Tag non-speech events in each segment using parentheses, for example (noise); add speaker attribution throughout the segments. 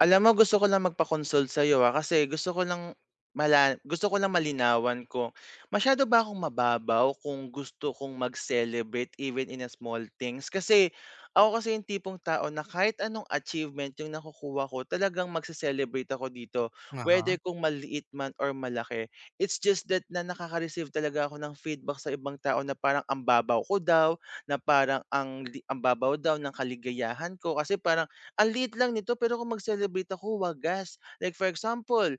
Speaker 1: Alam mo, gusto ko lang magpa-consult sa'yo, ah, kasi gusto ko lang malinawan kung masyado ba akong mababaw kung gusto kong mag-celebrate even in a small things? Kasi ako kasi yung tipong tao na kahit anong achievement yung nakukuha ko talagang magse-celebrate ako dito,
Speaker 2: uh
Speaker 1: whether kung maliit man or malaki. It's just that na nakaka-receive talaga ako ng feedback sa ibang tao na parang ang babaw ko daw, na parang ang babaw daw ng kaligayahan ko kasi parang ang liit lang nito pero kung mag-celebrate ako wagas. Like for example,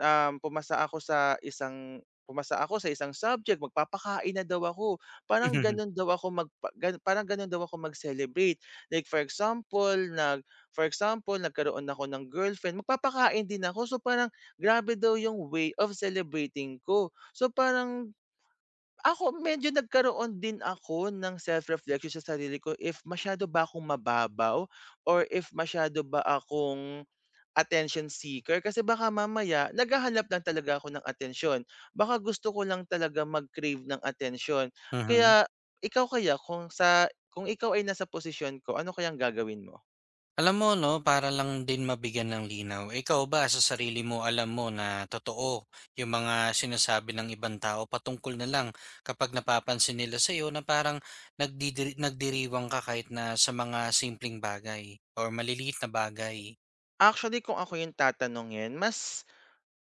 Speaker 1: pumasa ako sa isang subject, magpapakain na daw ako. Parang
Speaker 2: Mhm,
Speaker 1: gano'n daw ako mag Parang gano'n daw ako mag-celebrate. Like for example, for example, nagkaroon ako ng girlfriend, magpapakain din ako. So, parang grabe daw yung way of celebrating ko. So, parang ako medyo nagkaroon din ako ng self-reflection sa sarili ko if masyado ba akong mababaw or if masyado ba akong attention seeker kasi baka mamaya naghahanap lang talaga ako ng attention. Baka gusto ko lang talaga mag-crave ng attention.
Speaker 2: mhm.
Speaker 1: Kaya
Speaker 2: (laughs)
Speaker 1: ikaw kaya kung sa kung ikaw ay nasa posisyon ko, ano kayang gagawin mo?
Speaker 2: Alam mo 'no, para lang din mabigyan ng linaw, ikaw ba sa sarili mo alam mo na totoo yung mga sinasabi ng ibang tao patungkol na lang kapag napapansin nila sa'yo na parang nagdiriwang ka kahit na sa mga simpleng bagay or maliliit na bagay?
Speaker 1: Actually, kung ako yung tatanungin, mas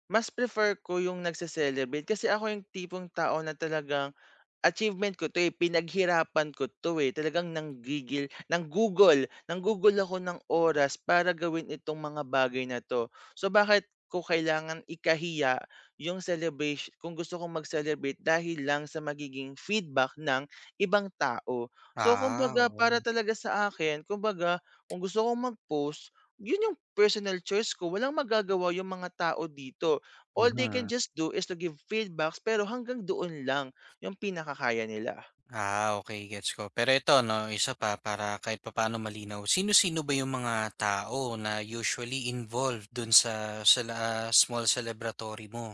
Speaker 1: mas prefer ko yung nagse-celebrate kasi ako yung tipong tao na talagang achievement ko 'to, eh, pinaghirapan ko 'to, eh. Talagang nanggigil nanggugol nanggugol ako ng oras para gawin itong mga bagay na 'to. So, bakit ko kailangan ikahiya yung celebration kung gusto kong mag-celebrate dahil lang sa magiging feedback ng ibang tao. So,
Speaker 2: Ah,
Speaker 1: kumbaga para
Speaker 2: oo.
Speaker 1: talaga sa akin, kumbaga kung gusto kong mag-post, yun yung personal choice ko. Walang magagawa yung mga tao dito. All they can
Speaker 2: Mhm.
Speaker 1: just do is to give feedbacks pero hanggang doon lang. Yung pinakakaya nila.
Speaker 2: Ah, okay gets ko. Pero ito 'no, isa pa para kahit papaano malinaw. Sino-sino ba yung mga tao na usually involved dun sa sa la small celebratory mo?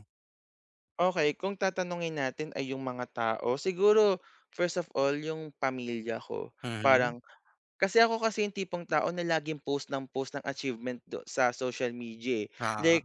Speaker 1: Okay, kung tatanungin natin ay yung mga tao, siguro first of all yung pamilya ko.
Speaker 2: Mhm.
Speaker 1: Parang Kasi ako kasi yung tipong tao na laging post ng achievement do sa social media, eh.
Speaker 2: Oo.
Speaker 1: Like,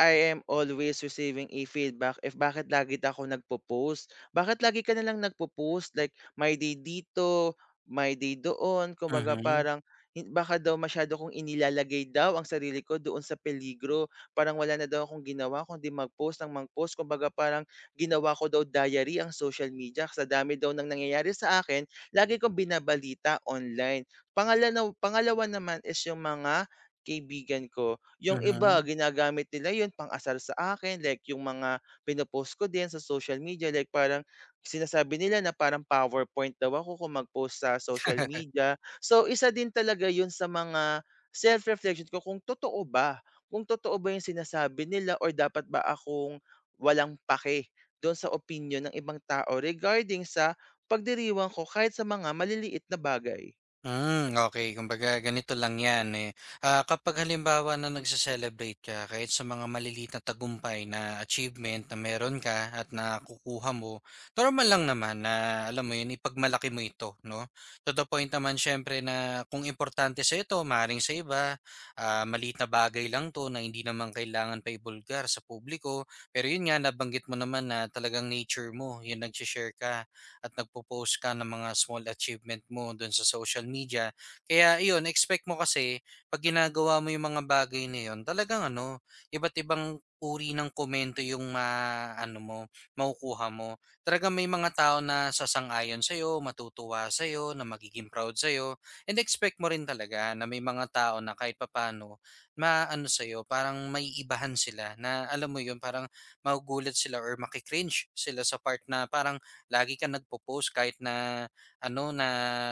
Speaker 1: I am always receiving a feedback if bakit lagi daw ako nagpo-post, bakit lagi ka na lang nagpo-post, like my day dito, my day doon, kumbaga
Speaker 2: Mhm.
Speaker 1: parang baka daw masyado kong inilalagay daw ang sarili ko doon sa peligro, parang wala na daw akong ginawa kundi mag-post ng mag-post, kumbaga parang ginawa ko daw diary ang social media sa dami daw ng nangyayari sa akin, lagi kong binabalita online. Pangalawa pangalawa naman is yung mga kaibigan ko. Yung iba
Speaker 2: Mhm.
Speaker 1: ginagamit nila yun pang-asar sa akin, like yung mga pino ko din sa social media, like parang sinasabi nila na parang powerpoint daw ako kung mag-post sa social media. So, isa din talaga yun sa mga self-reflection ko kung totoo ba yung sinasabi nila or dapat ba akong walang pake dun sa opinyon ng ibang tao regarding sa pagdiriwang ko kahit sa mga maliliit na bagay.
Speaker 2: Hmm, okay. Kumbaga ganito lang 'yan, eh, kapag halimbawa na nagse-celebrate ka kahit sa mga maliliit na tagumpay na achievement na meron ka at nakukuha mo, normal lang naman na alam mo 'yun, ipagmalaki mo ito 'no. To the point naman siyempre na kung importante sa ito, maring sa iba, maliit na bagay lang 'to na hindi naman kailangan pa ibulgar sa publiko. Pero 'yun nga, nabanggit mo naman na talagang nature mo, yun nagse-share ka at nagpo-post ka ng mga small achievement mo doon sa social media. Kaya iyon, expect mo kasi pag ginagawa mo yung mga bagay na yun, talagang ano, iba't ibang uri ng komento yung ma ano mo, makukuha mo. Talaga may mga tao na sasang-ayon sa iyo, matutuwa sa iyo, na magiging proud sa iyo. And expect mo rin talaga na may mga tao na kahit papaano maano sa iyo, parang may ibahan sila na alam mo yun, parang magugulat sila or makikringe sila sa part na parang lagi ka nagpo-post kahit na ano, na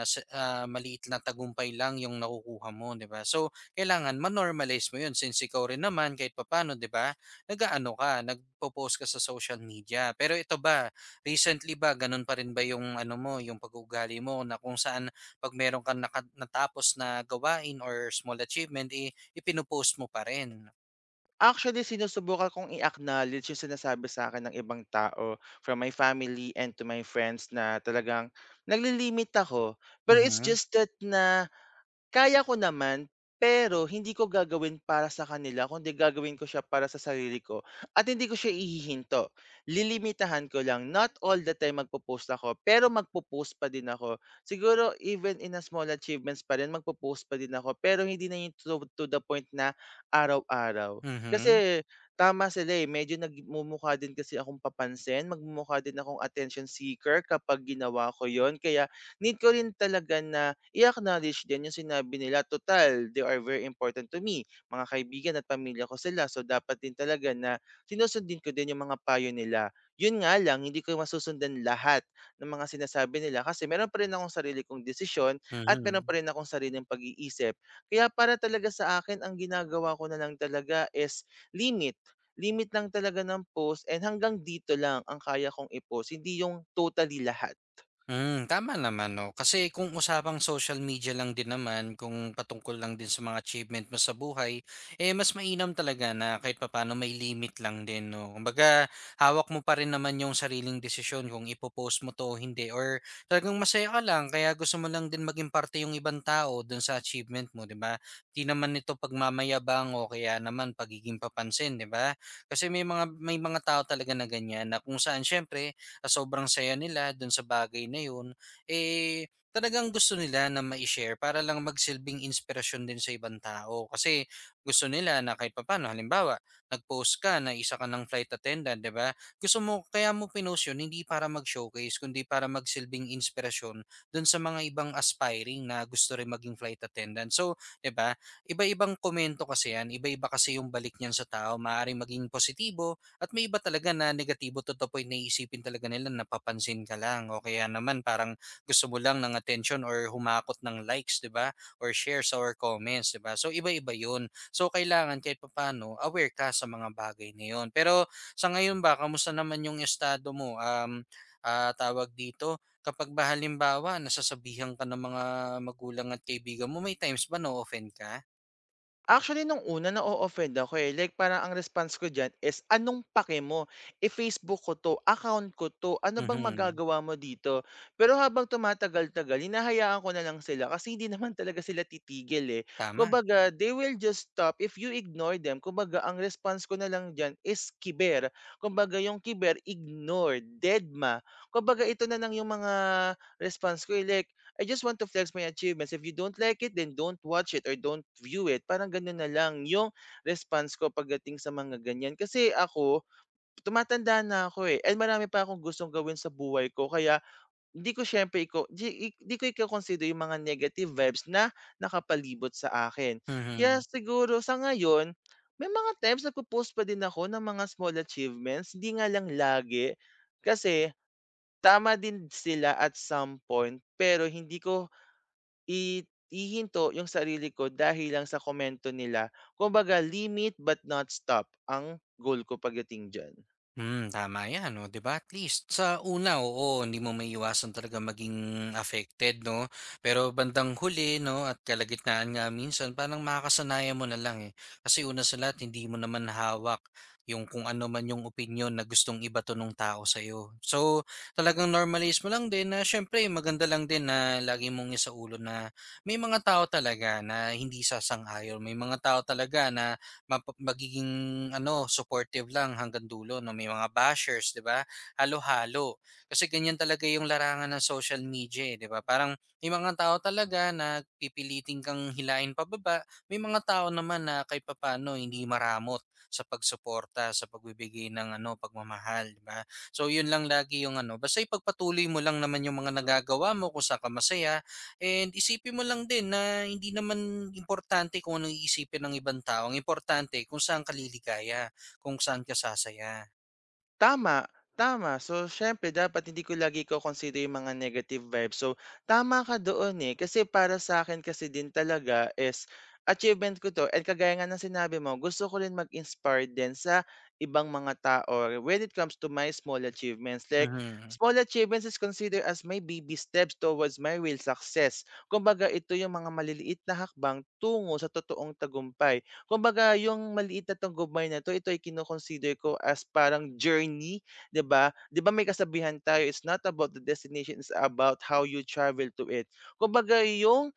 Speaker 2: sa maliit na tagumpay lang yung nakukuha mo, 'di ba? So, kailangan ma-normalize mo 'yun since ikaw rin naman kahit papaano, 'di ba, nag-aano ka, nagpo-post ka sa social media. Pero ito ba, recently ba ganun pa rin ba yung ano mo, yung pag-uugali mo na kung saan 'pag meron kang naka- natapos na gawain or small achievement, eh, ipino mo pa rin?
Speaker 1: Actually, sinusubukan kong i-acknowledge yung sinasabi sa akin ng ibang tao, from my family and to my friends, na talagang naglilimit ako. Pero it's
Speaker 2: Mhm.
Speaker 1: just that na kaya ko naman, pero hindi ko gagawin para sa kanila kundi gagawin ko siya para sa sarili ko at hindi ko siya ihihinto. Lilimitahan ko lang, not all the time magpo-post ako, pero magpo-post pa din ako. Siguro even in a small achievements pa rin magpo-post pa din ako, pero hindi na yung to the point na araw-araw.
Speaker 2: Mhm.
Speaker 1: Kasi tama sila eh, medyo nagmumukha din kasi akong papansin, magmumukha din akong attention seeker kapag ginawa ko yon, kaya need ko rin talaga na i-acknowledge din yung sinabi nila. Total, they are very important to me. Mga kaibigan at pamilya ko sila. So, dapat din talaga na sinusundin ko din yung mga payo nila. Yun nga lang, hindi ko masusundan lahat ng mga sinasabi nila kasi meron pa rin akong sarili kong desisyon at meron
Speaker 2: Mhm.
Speaker 1: pa rin akong sariling pag-iisip. Kaya para talaga sa akin, ang ginagawa ko na lang talaga is limit limit lang talaga ng post, and hanggang dito lang ang kaya kong i-post, hindi yung totally lahat.
Speaker 2: Hmm, tama naman 'no. Kasi kung usapang social media lang din naman, kung patungkol lang din sa mga achievement mo sa buhay, eh, mas mainam talaga na kahit papaano may limit lang din 'no. Kumbaga hawak mo pa rin naman yung sariling desisyon kung ipopost mo 'to o hindi or talagang masaya ka lang kaya gusto mo lang din maging parte yung ibang tao dun sa achievement mo, 'di ba? 'Di naman ito pagmamayabang o kaya naman pagiging papansin, 'di ba? Kasi may mga tao talaga na ganyan na kung saan siyempre sobrang saya nila dun sa bagay na yun, eh, talagang gusto nila na ma share para lang magsilbing inspirasyon din sa ibang tao. Kasi gusto nila na kahit papano halimbawa, nag-post ka na isa ka ng flight attendant, di ba? Gusto mo, kaya mo pinost yun, hindi para mag-showcase, kundi para magsilbing inspirasyon dun sa mga ibang aspiring na gusto rin maging flight attendant. So, di ba, iba-ibang komento kasi yan, iba-iba kasi yung balik niyan sa tao, maaaring maging positibo, at may iba talaga na negatibo to the point na isipin talaga nila napapansin ka lang o kaya naman parang gusto mo lang ng attention or humakot ng likes, 'di ba? Or shares or comments, 'di ba? So iba-iba 'yun. So kailangan kahit papaano aware ka sa mga bagay na 'yun. Pero sa ngayon ba, kamusta naman yung estado mo? Tawag dito, kapag ba halimbawa nasasabihan ka ng mga magulang at kaibigan mo, may times ba na-offend ka?
Speaker 1: Actually, nung una na-o-offend ako, eh, like parang ang response ko diyan is, "Anong pake mo, eh, Facebook ko 'to, account ko 'to, ano bang
Speaker 2: Mhm.
Speaker 1: magagawa mo dito?" Pero habang tumatagal-tagal hinahayaan ko na lang sila kasi hindi naman talaga sila titigil, eh.
Speaker 2: Tama.
Speaker 1: Kumbaga they will just stop if you ignore them. Kumbaga ang response ko na lang diyan is kiber. Kumbaga yung kiber, ignore, dedma. Kumbaga ito na lang yung mga response ko, eh, like I just want to flex my achievements. If you don't like it, then don't watch it or don't view it. Parang gano'n na lang yung response ko pagdating sa mga ganyan. Kasi ako, tumatanda na ako eh. And marami pa akong gustong gawin sa buhay ko. Kaya hindi ko syempre iko, di, di ko i-consider yung mga negative vibes na nakapalibot sa akin. Kaya
Speaker 2: Mhm.
Speaker 1: siguro sa ngayon, may mga times nagpo-post pa din ako ng mga small achievements. Hindi nga lang lagi. Kasi tama din sila at some point pero hindi ko I ihinto yung sarili ko dahil lang sa komento nila. Kumbaga limit but not stop ang goal ko pagdating diyan.
Speaker 2: Hmm, tama yan, oh, 'di ba? At least sa una, oo, hindi mo maiiwasan talaga maging affected, no? Pero bandang huli, no, at kalagitnaan nga minsan, parang makakasanayan mo na lang eh. Kasi una sa lahat, hindi mo naman hawak yung kung ano man yung opinion na gustong ibato ng tao sa iyo. So, talagang normalize mo lang din na syempre maganda lang din na lagi mong isaulo na may mga tao talaga na hindi sasang-ayon, may mga tao talaga na mapa magiging ano, supportive lang hanggang dulo 'no, may mga bashers, 'di ba? Halo-halo. Kasi ganyan talaga yung larangan ng social media, eh, 'di ba? Parang may mga tao talaga na pipilitin kang hilahin pababa, may mga tao naman na kahit papaano hindi maramot sa pagsuporta, sa pagbibigay ng ano, pagmamahal, 'di ba? So, yun lang lagi yung ano, basta ipagpatuloy mo lang naman yung mga nagagawa mo kung saan ka masaya, and isipin mo lang din na hindi naman importante kung anong iisipin ng ibang tao, ang importante kung saan ka liligaya, kung saan ka sasaya.
Speaker 1: Tama, tama. So, siyempre dapat hindi ko lagi ko consider yung mga negative vibes. So, tama ka doon, eh, kasi para sa akin kasi din talaga is achievement ko 'to, and kagaya nga ng sinabi mo, gusto ko rin mag-inspire din sa ibang mga tao when it comes to my small achievements. Like,
Speaker 2: Mhm,
Speaker 1: small achievements is considered as my baby steps towards my real success. Kumbaga ito yung mga maliliit na hakbang tungo sa totoong tagumpay. Kumbaga yung maliit na tagumpay na 'to, ito ay kino ko as parang journey, 'di ba? 'Di ba may kasabihan tayo, "It's not about the destination, it's about how you travel to it." Kumbaga yung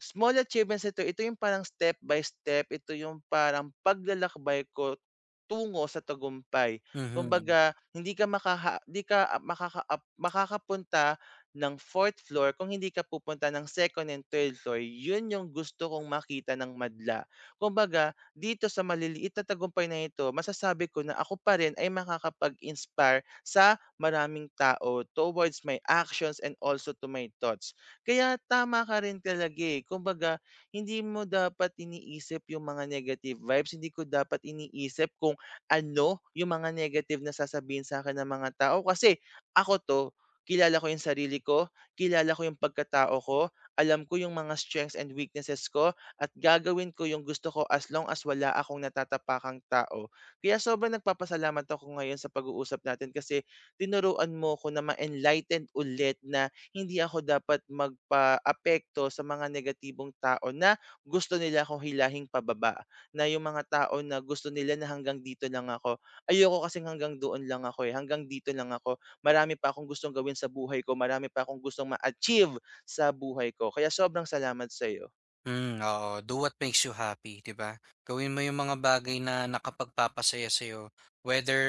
Speaker 1: small achievements ito, ito yung parang step by step, ito yung parang paglalakbay ko tungo sa tagumpay.
Speaker 2: mhm.
Speaker 1: Kumbaga, hindi ka makaha hindi ka a makaka ap makakapunta ng fourth floor kung hindi ka pupunta ng second and third floor. Yun yung gusto kong makita ng madla. Kumbaga, dito sa maliliit na tagumpay na ito, masasabi ko na ako pa rin ay makakapag-inspire sa maraming tao towards my actions and also to my thoughts. Kaya tama ka rin talaga, eh. Kumbaga, hindi mo dapat iniisip yung mga negative vibes, hindi ko dapat iniisip kung ano yung mga negative na sasabihin sa akin ng mga tao kasi ako 'to, kilala ko yung sarili ko, kilala ko yung pagkatao ko, alam ko yung mga strengths and weaknesses ko at gagawin ko yung gusto ko as long as wala akong natatapakang tao. Kaya sobrang nagpapasalamat ako ngayon sa pag-uusap natin kasi tinuruan mo ko na ma-enlightened ulit na hindi ako dapat magpaapekto sa mga negatibong tao na gusto nila akong hilahin pababa. Na yung mga tao na gusto nila na hanggang dito lang ako. Ayoko kasing hanggang doon lang ako eh. Hanggang dito lang ako. Marami pa akong gustong gawin sa buhay ko. Marami pa akong gustong ma-achieve sa buhay ko. Kaya sobrang salamat sa iyo.
Speaker 2: Hmm, oo. Do what makes you happy, 'di ba? Gawin mo yung mga bagay na nakapagpapasaya sa'yo, whether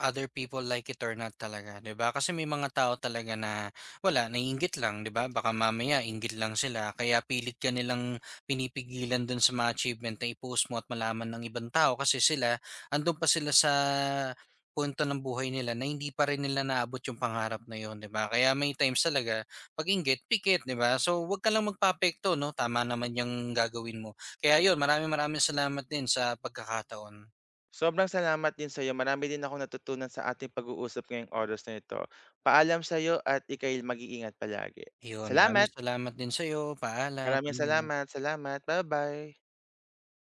Speaker 2: other people like it or not talaga, 'di ba? Kasi may mga tao talaga na wala, naiinggit lang, 'di ba? Baka mamaya inggit lang sila, kaya pilit ka nilang pinipigilan dun sa mga achievement na i-post mo at malaman ng ibang tao kasi sila, andun pa sila sa punto ng buhay nila na hindi pa rin nila naabot yung pangarap na yun, 'di ba? Kaya may times talaga pag-inggit, pikit, 'di ba? So, huwag ka lang magpaapekto 'no, tama naman yung gagawin mo. Kaya 'yun, maraming maraming salamat din sa pagkakataon.
Speaker 1: Sobrang salamat din sa iyo. Marami din ako natutunan sa ating pag-uusap ngayong oras na ito. Paalam sa iyo at ikay mag-iingat palagi.
Speaker 2: Iyon,
Speaker 1: Salamat!
Speaker 2: maraming salamat din sa'yo. Paalam,
Speaker 1: Maraming salamat. Salamat. Bye-bye.